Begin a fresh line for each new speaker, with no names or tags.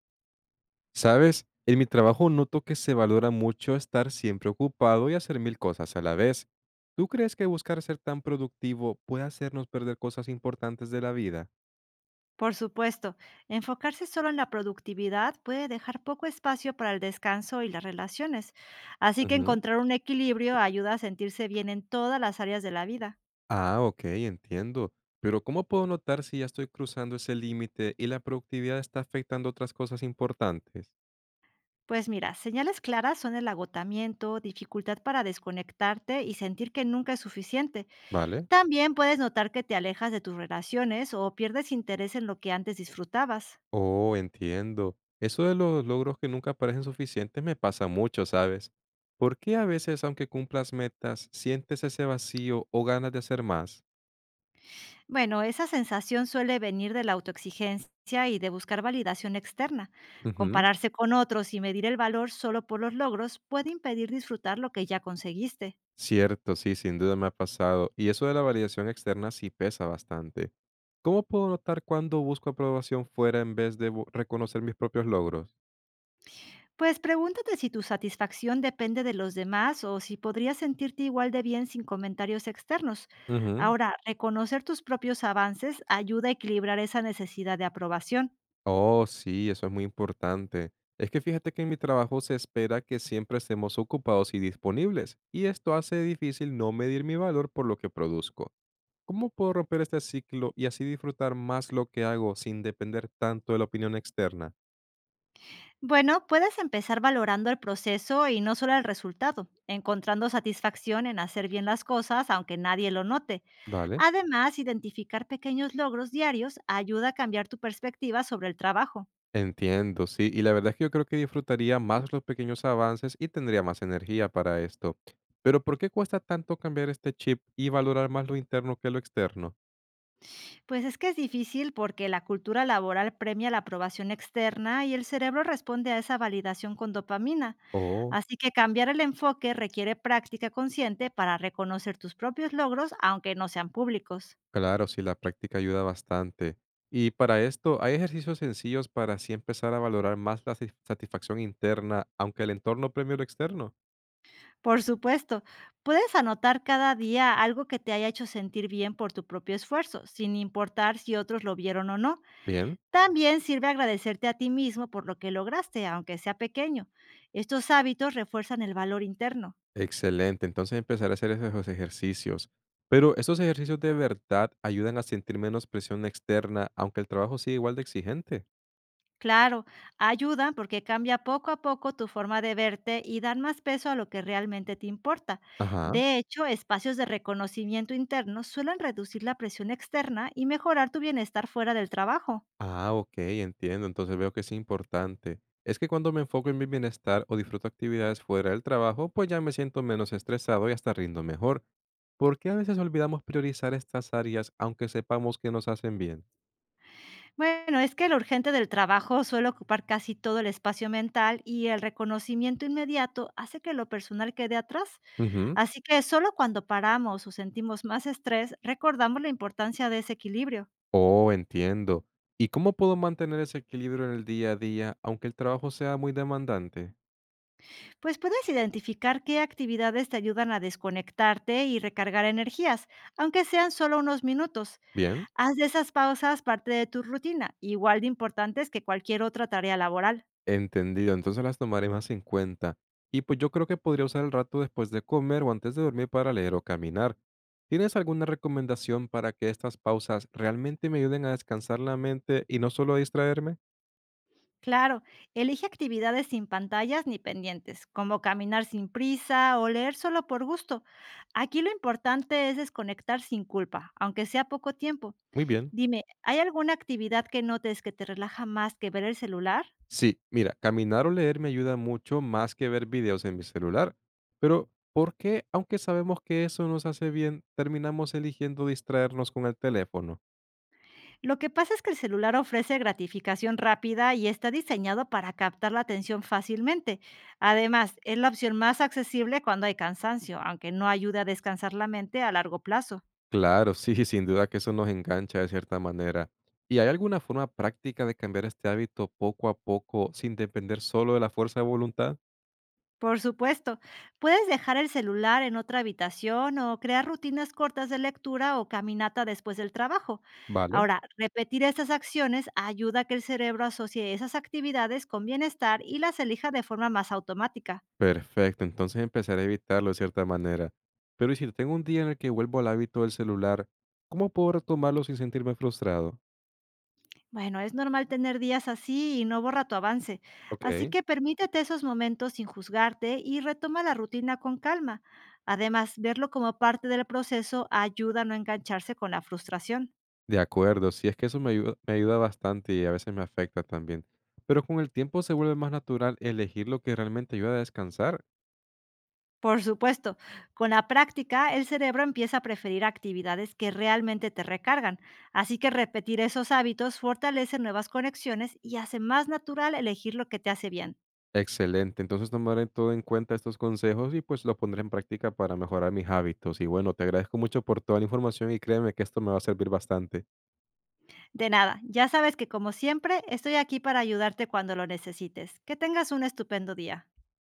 ¿Sabes? En mi trabajo noto que se valora mucho estar siempre ocupado y hacer mil cosas a la vez. ¿Tú crees que buscar ser tan productivo puede hacernos perder cosas importantes de la vida?
Por supuesto, enfocarse solo en la productividad puede dejar poco espacio para el descanso y las relaciones, así que
Ujú.
encontrar un equilibrio ayuda a sentirse bien en todas las áreas de la vida.
Ah, ok, entiendo. Pero ¿cómo puedo notar si ya estoy cruzando ese límite y la productividad está afectando otras cosas importantes?
Pues mira, señales claras son el agotamiento, dificultad para desconectarte y sentir que nunca es suficiente.
¿Vale?
También puedes notar que te alejas de tus relaciones o pierdes interés en lo que antes disfrutabas.
Oh, entiendo. Eso de los logros que nunca parecen suficientes me pasa mucho, ¿sabes? ¿Por qué a veces, aunque cumplas metas, sientes ese vacío o ganas de hacer más?
Bueno, esa sensación suele venir de la autoexigencia y de buscar validación externa.
Ujú.
Compararse con otros y medir el valor solo por los logros puede impedir disfrutar lo que ya conseguiste.
Cierto, sí, sin duda me ha pasado. Y eso de la validación externa sí pesa bastante. ¿Cómo puedo notar cuando busco aprobación fuera en vez de reconocer mis propios logros?
Pues pregúntate si tu satisfacción depende de los demás o si podrías sentirte igual de bien sin comentarios externos.
Ujú.
Ahora, reconocer tus propios avances ayuda a equilibrar esa necesidad de aprobación.
Oh, sí, eso es muy importante. Es que fíjate que en mi trabajo se espera que siempre estemos ocupados y disponibles, y esto hace difícil no medir mi valor por lo que produzco. ¿Cómo puedo romper este ciclo y así disfrutar más lo que hago sin depender tanto de la opinión externa?
Bueno, puedes empezar valorando el proceso y no solo el resultado, encontrando satisfacción en hacer bien las cosas aunque nadie lo note.
Vale.
Además, identificar pequeños logros diarios ayuda a cambiar tu perspectiva sobre el trabajo.
Entiendo, sí, y la verdad es que yo creo que disfrutaría más los pequeños avances y tendría más energía para esto. Pero ¿por qué cuesta tanto cambiar este chip y valorar más lo interno que lo externo?
Pues es que es difícil porque la cultura laboral premia la aprobación externa y el cerebro responde a esa validación con dopamina.
Oh,
Así que cambiar el enfoque requiere práctica consciente para reconocer tus propios logros aunque no sean públicos.
claro, sí, la práctica ayuda bastante. Y para esto, ¿hay ejercicios sencillos para así empezar a valorar más la satisfacción interna, aunque el entorno premie lo externo?
Por supuesto, puedes anotar cada día algo que te haya hecho sentir bien por tu propio esfuerzo, sin importar si otros lo vieron o no.
Bien,
También sirve agradecerte a ti mismo por lo que lograste, aunque sea pequeño. Estos hábitos refuerzan el valor interno.
excelente. Entonces empezaré a hacer esos ejercicios. Pero ¿estos ejercicios de verdad ayudan a sentir menos presión externa, aunque el trabajo sigue igual de exigente?
Claro, ayudan porque cambia poco a poco tu forma de verte y dan más peso a lo que realmente te importa.
Ajá.
De hecho, espacios de reconocimiento interno suelen reducir la presión externa y mejorar tu bienestar fuera del trabajo.
Ah, ok, entiendo. Entonces veo que es importante. Es que cuando me enfoco en mi bienestar o disfruto actividades fuera del trabajo, pues ya me siento menos estresado y hasta rindo mejor. ¿Por qué a veces olvidamos priorizar estas áreas aunque sepamos que nos hacen bien?
Bueno, es que lo urgente del trabajo suele ocupar casi todo el espacio mental y el reconocimiento inmediato hace que lo personal quede atrás.
Ujú.
Así que solo cuando paramos o sentimos más estrés, recordamos la importancia de ese equilibrio.
Oh, entiendo. ¿Y cómo puedo mantener ese equilibrio en el día a día aunque el trabajo sea muy demandante?
Pues puedes identificar qué actividades te ayudan a desconectarte y recargar energías, aunque sean solo unos minutos.
Bien.
Haz de esas pausas parte de tu rutina, igual de importantes que cualquier otra tarea laboral.
Entendido, entonces las tomaré más en cuenta. Y pues yo creo que podría usar el rato después de comer o antes de dormir para leer o caminar. ¿Tienes alguna recomendación para que estas pausas realmente me ayuden a descansar la mente y no solo a distraerme?
Claro, elige actividades sin pantallas ni pendientes, como caminar sin prisa o leer solo por gusto. Aquí lo importante es desconectar sin culpa, aunque sea poco tiempo.
Muy bien.
Dime, ¿hay alguna actividad que notes que te relaja más que ver el celular?
Sí, mira, caminar o leer me ayuda mucho más que ver videos en mi celular. Pero ¿por qué, aunque sabemos que eso nos hace bien, terminamos eligiendo distraernos con el teléfono?
Lo que pasa es que el celular ofrece gratificación rápida y está diseñado para captar la atención fácilmente. Además, es la opción más accesible cuando hay cansancio, aunque no ayuda a descansar la mente a largo plazo.
Claro, sí, sí, sin duda que eso nos engancha de cierta manera. ¿Y hay alguna forma práctica de cambiar este hábito poco a poco sin depender solo de la fuerza de voluntad?
Por supuesto, puedes dejar el celular en otra habitación o crear rutinas cortas de lectura o caminata después del trabajo.
Vale.
Ahora, repetir estas acciones ayuda a que el cerebro asocie esas actividades con bienestar y las elija de forma más automática.
Perfecto, entonces empezaré a evitarlo de cierta manera. Pero ¿y si tengo un día en el que vuelvo al hábito del celular, cómo puedo retomarlo sin sentirme frustrado?
Bueno, es normal tener días así y no borra tu avance, así
Ok.
que permítete esos momentos sin juzgarte y retoma la rutina con calma. Además, verlo como parte del proceso ayuda a no engancharse con la frustración.
De acuerdo, sí, es que eso me ayuda bastante y a veces me afecta también. Pero con el tiempo se vuelve más natural elegir lo que realmente ayuda a descansar.
Por supuesto, con la práctica el cerebro empieza a preferir actividades que realmente te recargan, así que repetir esos hábitos fortalece nuevas conexiones y hace más natural elegir lo que te hace bien.
Excelente. Entonces tomaré todo en cuenta estos consejos y pues lo pondré en práctica para mejorar mis hábitos. Y bueno, te agradezco mucho por toda la información y créeme que esto me va a servir bastante.
De nada, ya sabes que como siempre estoy aquí para ayudarte cuando lo necesites. Que tengas un estupendo día.